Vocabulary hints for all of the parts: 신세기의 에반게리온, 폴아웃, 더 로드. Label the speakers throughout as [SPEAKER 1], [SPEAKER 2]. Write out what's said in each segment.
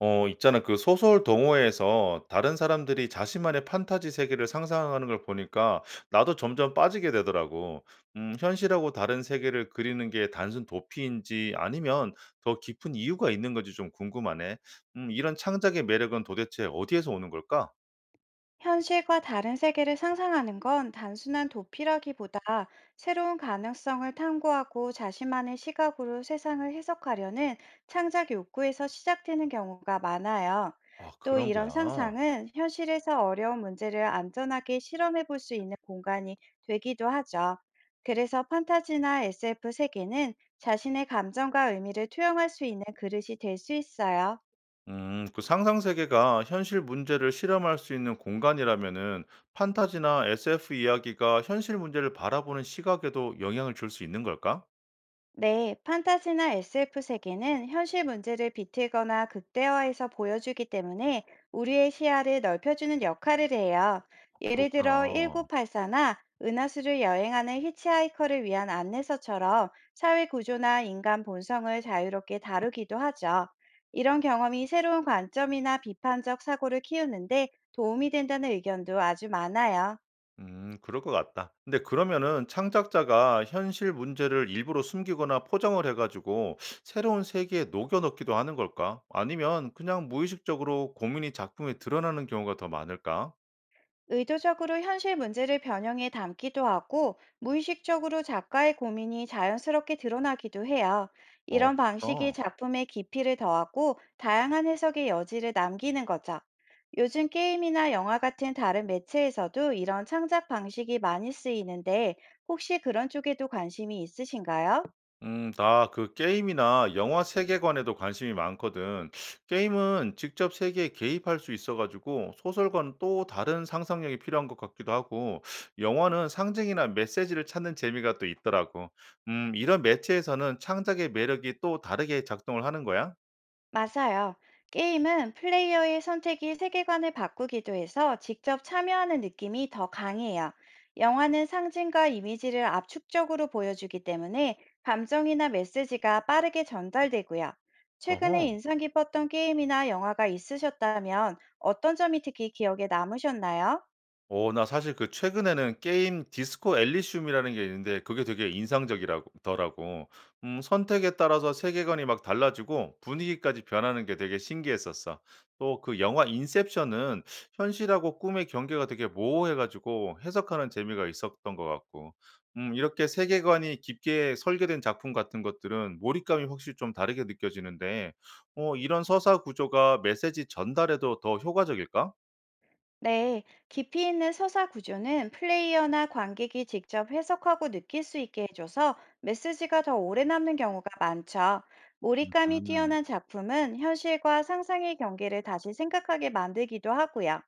[SPEAKER 1] 있잖아. 그 소설 동호회에서 다른 사람들이 자신만의 판타지 세계를 상상하는 걸 보니까 나도 점점 빠지게 되더라고. 현실하고 다른 세계를 그리는 게 단순 도피인지 아니면 더 깊은 이유가 있는 건지 좀 궁금하네. 이런 창작의 매력은 도대체 어디에서 오는 걸까?
[SPEAKER 2] 현실과 다른 세계를 상상하는 건 단순한 도피라기보다 새로운 가능성을 탐구하고 자신만의 시각으로 세상을 해석하려는 창작 욕구에서 시작되는 경우가 많아요.
[SPEAKER 1] 아,
[SPEAKER 2] 또
[SPEAKER 1] 그런
[SPEAKER 2] 이런
[SPEAKER 1] 거야.
[SPEAKER 2] 상상은 현실에서 어려운 문제를 안전하게 실험해 볼 수 있는 공간이 되기도 하죠. 그래서 판타지나 SF 세계는 자신의 감정과 의미를 투영할 수 있는 그릇이 될 수 있어요.
[SPEAKER 1] 그 상상 세계가 현실 문제를 실험할 수 있는 공간이라면은 판타지나 SF 이야기가 현실 문제를 바라보는 시각에도 영향을 줄 수 있는 걸까?
[SPEAKER 2] 네, 판타지나 SF 세계는 현실 문제를 비틀거나 극대화해서 보여주기 때문에 우리의 시야를 넓혀주는 역할을 해요. 예를 들어
[SPEAKER 1] 그렇구나.
[SPEAKER 2] 1984나 은하수를 여행하는 히치하이커를 위한 안내서처럼 사회 구조나 인간 본성을 자유롭게 다루기도 하죠. 이런 경험이 새로운 관점이나 비판적 사고를 키우는데 도움이 된다는 의견도 아주 많아요.
[SPEAKER 1] 그럴 것 같다. 근데 그러면은 창작자가 현실 문제를 일부러 숨기거나 포장을 해 가지고 새로운 세계에 녹여 넣기도 하는 걸까? 아니면 그냥 무의식적으로 고민이 작품에 드러나는 경우가 더 많을까?
[SPEAKER 2] 의도적으로 현실 문제를 변형해 담기도 하고, 무의식적으로 작가의 고민이 자연스럽게 드러나기도 해요.
[SPEAKER 1] 어
[SPEAKER 2] 이런 방식이
[SPEAKER 1] 그렇구나.
[SPEAKER 2] 작품의 깊이를 더하고 다양한 해석의 여지를 남기는 거죠. 요즘 게임이나 영화 같은 다른 매체에서도 이런 창작 방식이 많이 쓰이는데, 혹시 그런 쪽에도 관심이 있으신가요?
[SPEAKER 1] 나 그 게임이나 영화 세계관에도 관심이 많거든. 게임은 직접 세계에 개입할 수 있어가지고 소설과는 또 다른 상상력이 필요한 것 같기도 하고, 영화는 상징이나 메시지를 찾는 재미가 또 있더라고. 이런 매체에서는 창작의 매력이 또 다르게 작동을 하는 거야?
[SPEAKER 2] 맞아요. 게임은 플레이어의 선택이 세계관을 바꾸기도 해서 직접 참여하는 느낌이 더 강해요. 영화는 상징과 이미지를 압축적으로 보여주기 때문에 감정이나 메시지가 빠르게 전달되고요. 최근에
[SPEAKER 1] 어허.
[SPEAKER 2] 인상 깊었던 게임이나 영화가 있으셨다면 어떤 점이 특히 기억에 남으셨나요?
[SPEAKER 1] 어 나 사실 그 최근에는 게임 디스코 엘리시움이라는 게 있는데 그게 되게 인상적이라고 더라고. 선택에 따라서 세계관이 막 달라지고 분위기까지 변하는 게 되게 신기했었어. 또 그 영화 인셉션은 현실하고 꿈의 경계가 되게 모호해 가지고 해석하는 재미가 있었던 것 같고. 이렇게 세계관이 깊게 설계된 작품 같은 것들은 몰입감이 확실히 좀 다르게 느껴지는데 어 이런 서사 구조가 메시지 전달에도 더 효과적일까?
[SPEAKER 2] 네, 깊이 있는 서사 구조는 플레이어나 관객이 직접 해석하고 느낄 수 있게 해줘서 메시지가 더 오래 남는 경우가 많죠. 몰입감이
[SPEAKER 1] 음
[SPEAKER 2] 뛰어난 작품은 현실과 상상의 경계를 다시 생각하게 만들기도 하고요.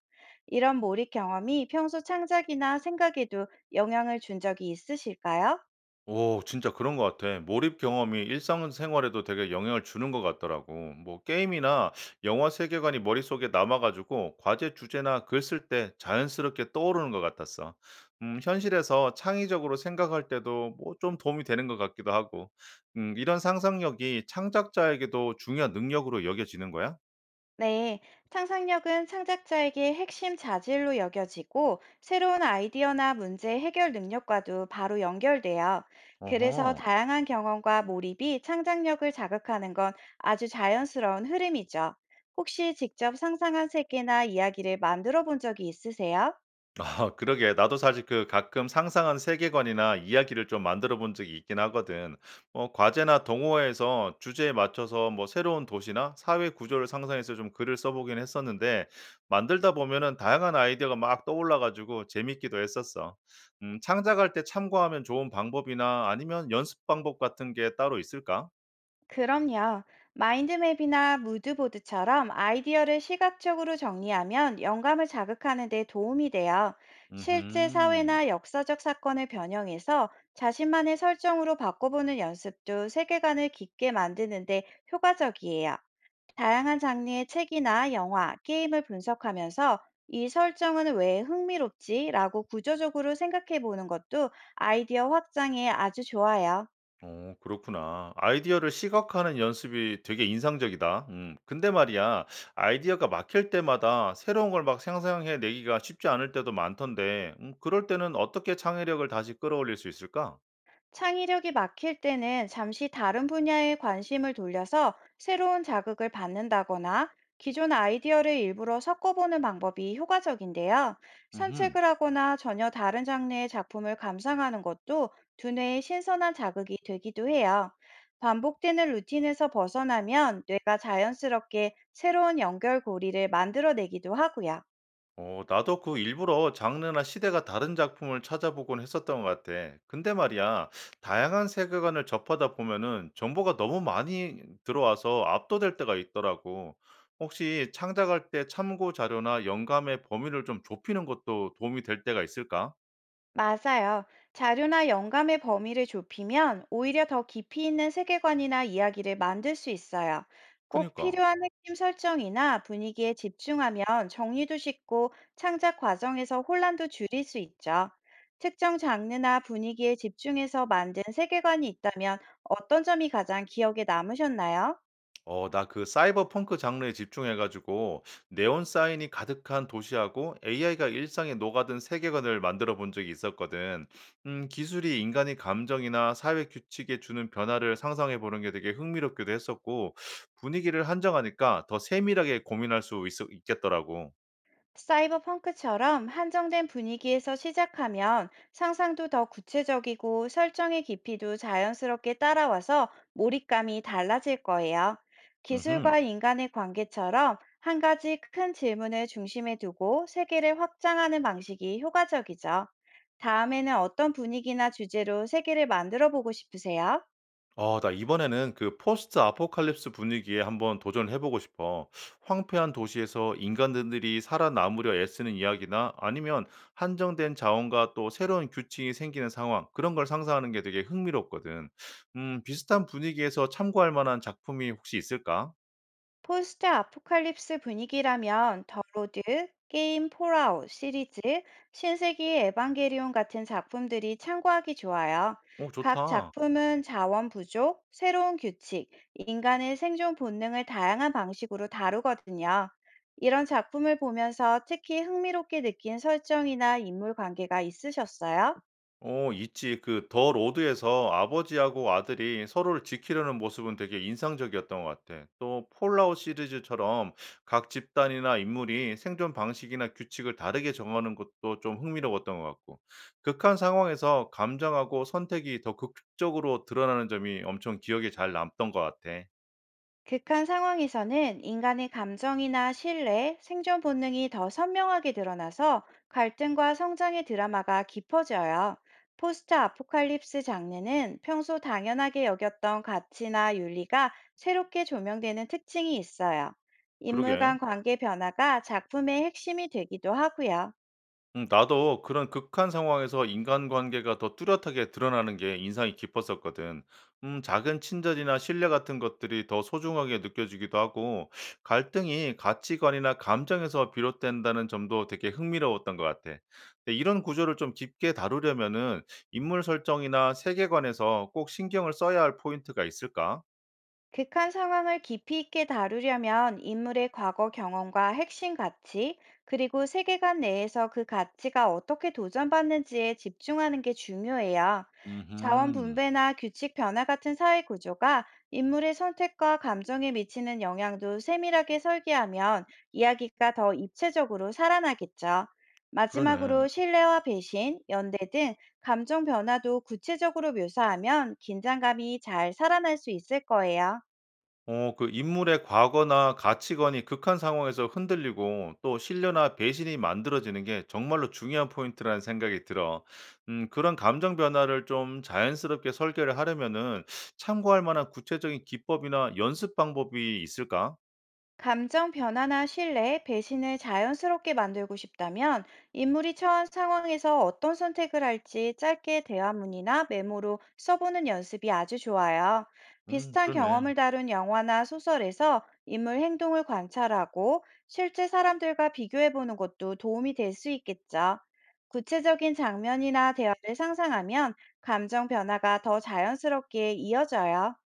[SPEAKER 2] 이런 몰입 경험이 평소 창작이나 생각에도 영향을 준 적이 있으실까요?
[SPEAKER 1] 오 진짜 그런 것 같아. 몰입 경험이 일상생활에도 되게 영향을 주는 것 같더라고. 뭐 게임이나 영화 세계관이 머릿속에 남아 가지고 과제 주제나 글 쓸 때 자연스럽게 떠오르는 것 같았어. 현실에서 창의적으로 생각할 때도 뭐 좀 도움이 되는 것 같기도 하고. 이런 상상력이 창작자에게도 중요한 능력으로 여겨지는 거야?
[SPEAKER 2] 네, 창작력은 창작자에게 핵심 자질로 여겨지고, 새로운 아이디어나 문제 해결 능력과도 바로 연결돼요. 그래서
[SPEAKER 1] 어허.
[SPEAKER 2] 다양한 경험과 몰입이 창작력을 자극하는 건 아주 자연스러운 흐름이죠. 혹시 직접 상상한 세계나 이야기를 만들어 본 적이 있으세요?
[SPEAKER 1] 아 그러게. 나도 사실 그 가끔 상상한 세계관이나 이야기를 좀 만들어 본 적이 있긴 하거든. 뭐 과제나 동호회에서 주제에 맞춰서 뭐 새로운 도시나 사회 구조를 상상해서 좀 글을 써보긴 했었는데 만들다 보면은 다양한 아이디어가 막 떠올라 가지고 재밌기도 했었어. 창작할 때 참고하면 좋은 방법이나 아니면 연습 방법 같은 게 따로 있을까?
[SPEAKER 2] 그럼요. 마인드맵이나 무드보드처럼 아이디어를 시각적으로 정리하면 영감을 자극하는 데 도움이 돼요. 실제
[SPEAKER 1] 음흠.
[SPEAKER 2] 사회나 역사적 사건을 변형해서 자신만의 설정으로 바꿔보는 연습도 세계관을 깊게 만드는 데 효과적이에요. 다양한 장르의 책이나 영화, 게임을 분석하면서 이 설정은 왜 흥미롭지? 라고 구조적으로 생각해 보는 것도 아이디어 확장에 아주 좋아요.
[SPEAKER 1] 어 그렇구나. 아이디어를 시각화하는 연습이 되게 인상적이다. 음. 근데 말이야, 아이디어가 막힐 때마다 새로운 걸 막 상상해 내기가 쉽지 않을 때도 많던데, 그럴 때는 어떻게 창의력을 다시 끌어올릴 수 있을까?
[SPEAKER 2] 창의력이 막힐 때는 잠시 다른 분야에 관심을 돌려서 새로운 자극을 받는다거나, 기존 아이디어를 일부러 섞어보는 방법이 효과적인데요.
[SPEAKER 1] 음흠.
[SPEAKER 2] 산책을 하거나 전혀 다른 장르의 작품을 감상하는 것도 두뇌에 신선한 자극이 되기도 해요. 반복되는 루틴에서 벗어나면 뇌가 자연스럽게 새로운 연결고리를 만들어내기도 하고요.
[SPEAKER 1] 어, 나도 그 일부러 장르나 시대가 다른 작품을 찾아보곤 했었던 것 같아. 근데 말이야, 다양한 세계관을 접하다 보면은 정보가 너무 많이 들어와서 압도될 때가 있더라고. 혹시 창작할 때 참고 자료나 영감의 범위를 좀 좁히는 것도 도움이 될 때가 있을까?
[SPEAKER 2] 맞아요. 자료나 영감의 범위를 좁히면 오히려 더 깊이 있는 세계관이나 이야기를 만들 수 있어요. 꼭
[SPEAKER 1] 그니까.
[SPEAKER 2] 필요한 핵심 설정이나 분위기에 집중하면 정리도 쉽고 창작 과정에서 혼란도 줄일 수 있죠. 특정 장르나 분위기에 집중해서 만든 세계관이 있다면 어떤 점이 가장 기억에 남으셨나요?
[SPEAKER 1] 어, 나 그 사이버펑크 장르에 집중해 가지고 네온 사인이 가득한 도시하고 AI가 일상에 녹아든 세계관을 만들어 본 적이 있었거든. 기술이 인간의 감정이나 사회 규칙에 주는 변화를 상상해 보는 게 되게 흥미롭기도 했었고 분위기를 한정하니까 더 세밀하게 고민할 수 있겠더라고.
[SPEAKER 2] 사이버 펑크처럼 한정된 분위기에서 시작하면 상상도 더 구체적이고 설정의 깊이도 자연스럽게 따라와서 몰입감이 달라질 거예요.
[SPEAKER 1] 음흠.
[SPEAKER 2] 기술과 인간의 관계처럼 한 가지 큰 질문을 중심에 두고 세계를 확장하는 방식이 효과적이죠. 다음에는 어떤 분위기나 주제로 세계를 만들어 보고 싶으세요?
[SPEAKER 1] 어, 나 이번에는 그 포스트 아포칼립스 분위기에 한번 도전을 해보고 싶어. 황폐한 도시에서 인간들이 살아남으려 애쓰는 이야기나 아니면 한정된 자원과 또 새로운 규칙이 생기는 상황, 그런 걸 상상하는 게 되게 흥미롭거든. 비슷한 분위기에서 참고할 만한 작품이 혹시 있을까?
[SPEAKER 2] 포스트 아포칼립스 분위기라면 더 로드, 게임 폴아웃 시리즈, 신세기의 에반게리온 같은 작품들이 참고하기 좋아요.
[SPEAKER 1] 오,
[SPEAKER 2] 각
[SPEAKER 1] 좋다.
[SPEAKER 2] 작품은 자원 부족, 새로운 규칙, 인간의 생존 본능을 다양한 방식으로 다루거든요. 이런 작품을 보면서 특히 흥미롭게 느낀 설정이나 인물 관계가 있으셨어요?
[SPEAKER 1] 어 있지. 그 더 로드에서 아버지하고 아들이 서로를 지키려는 모습은 되게 인상적이었던 것 같아. 또 폴라웃 시리즈처럼 각 집단이나 인물이 생존 방식이나 규칙을 다르게 정하는 것도 좀 흥미로웠던 것 같고. 극한 상황에서 감정하고 선택이 더 극적으로 드러나는 점이 엄청 기억에 잘 남던 것 같아.
[SPEAKER 2] 극한 상황에서는 인간의 감정이나 신뢰, 생존 본능이 더 선명하게 드러나서 갈등과 성장의 드라마가 깊어져요. 포스트 아포칼립스 장르는 평소 당연하게 여겼던 가치나 윤리가 새롭게 조명되는 특징이 있어요. 인물
[SPEAKER 1] 그러게.
[SPEAKER 2] 간 관계 변화가 작품의 핵심이 되기도 하고요.
[SPEAKER 1] 나도 그런 극한 상황에서 인간관계가 더 뚜렷하게 드러나는 게 인상이 깊었었거든. 작은 친절이나 신뢰 같은 것들이 더 소중하게 느껴지기도 하고, 갈등이 가치관이나 감정에서 비롯된다는 점도 되게 흥미로웠던 것 같아. 근데 이런 구조를 좀 깊게 다루려면은 인물 설정이나 세계관에서 꼭 신경을 써야 할 포인트가 있을까?
[SPEAKER 2] 극한 상황을 깊이 있게 다루려면 인물의 과거 경험과 핵심 가치, 그리고 세계관 내에서 그 가치가 어떻게 도전받는지에 집중하는 게 중요해요. 자원
[SPEAKER 1] 음,
[SPEAKER 2] 분배나 규칙 변화 같은 사회 구조가 인물의 선택과 감정에 미치는 영향도 세밀하게 설계하면 이야기가 더 입체적으로 살아나겠죠.
[SPEAKER 1] 그러네.
[SPEAKER 2] 마지막으로 신뢰와 배신, 연대 등 감정 변화도 구체적으로 묘사하면 긴장감이 잘 살아날 수 있을 거예요.
[SPEAKER 1] 어 그 인물의 과거나 가치관이 극한 상황에서 흔들리고 또 신뢰나 배신이 만들어지는 게 정말로 중요한 포인트라는 생각이 들어. 그런 감정 변화를 좀 자연스럽게 설계를 하려면은 참고할 만한 구체적인 기법이나 연습 방법이 있을까?
[SPEAKER 2] 감정 변화나 신뢰, 배신을 자연스럽게 만들고 싶다면 인물이 처한 상황에서 어떤 선택을 할지 짧게 대화문이나 메모로 써보는 연습이 아주 좋아요. 비슷한
[SPEAKER 1] 그러네.
[SPEAKER 2] 경험을 다룬 영화나 소설에서 인물 행동을 관찰하고 실제 사람들과 비교해보는 것도 도움이 될 수 있겠죠. 구체적인 장면이나 대화를 상상하면 감정 변화가 더 자연스럽게 이어져요.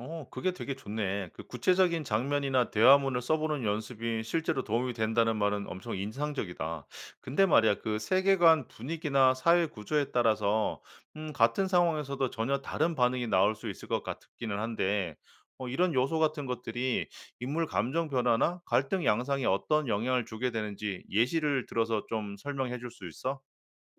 [SPEAKER 1] 어 그게 되게 좋네. 그 구체적인 장면이나 대화문을 써보는 연습이 실제로 도움이 된다는 말은 엄청 인상적이다. 근데 말이야, 그 세계관 분위기나 사회 구조에 따라서 같은 상황에서도 전혀 다른 반응이 나올 수 있을 것 같기는 한데, 어, 이런 요소 같은 것들이 인물 감정 변화나 갈등 양상에 어떤 영향을 주게 되는지 예시를 들어서 좀 설명해 줄 수 있어?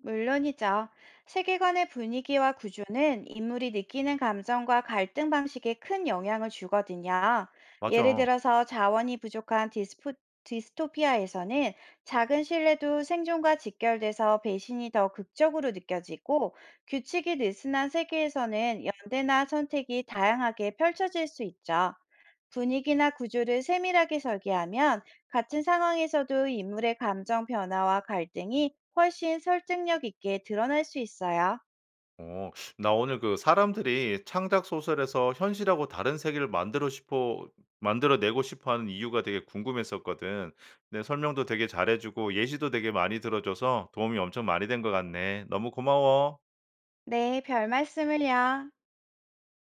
[SPEAKER 2] 물론이죠. 세계관의 분위기와 구조는 인물이 느끼는 감정과 갈등 방식에 큰 영향을 주거든요. 예를
[SPEAKER 1] 맞아.
[SPEAKER 2] 들어서 자원이 부족한 디스토피아에서는 작은 신뢰도 생존과 직결돼서 배신이 더 극적으로 느껴지고, 규칙이 느슨한 세계에서는 연대나 선택이 다양하게 펼쳐질 수 있죠. 분위기나 구조를 세밀하게 설계하면 같은 상황에서도 인물의 감정 변화와 갈등이 훨씬 설득력 있게 드러날 수 있어요.
[SPEAKER 1] 어, 나 오늘 그 사람들이 창작 소설에서 현실하고 다른 세계를 만들어내고 싶어 하는 이유가 되게 궁금했었거든. 내 설명도 되게 잘해주고 예시도 되게 많이 들어줘서 도움이 엄청 많이 된 것 같네. 너무 고마워.
[SPEAKER 2] 네, 별 말씀을요.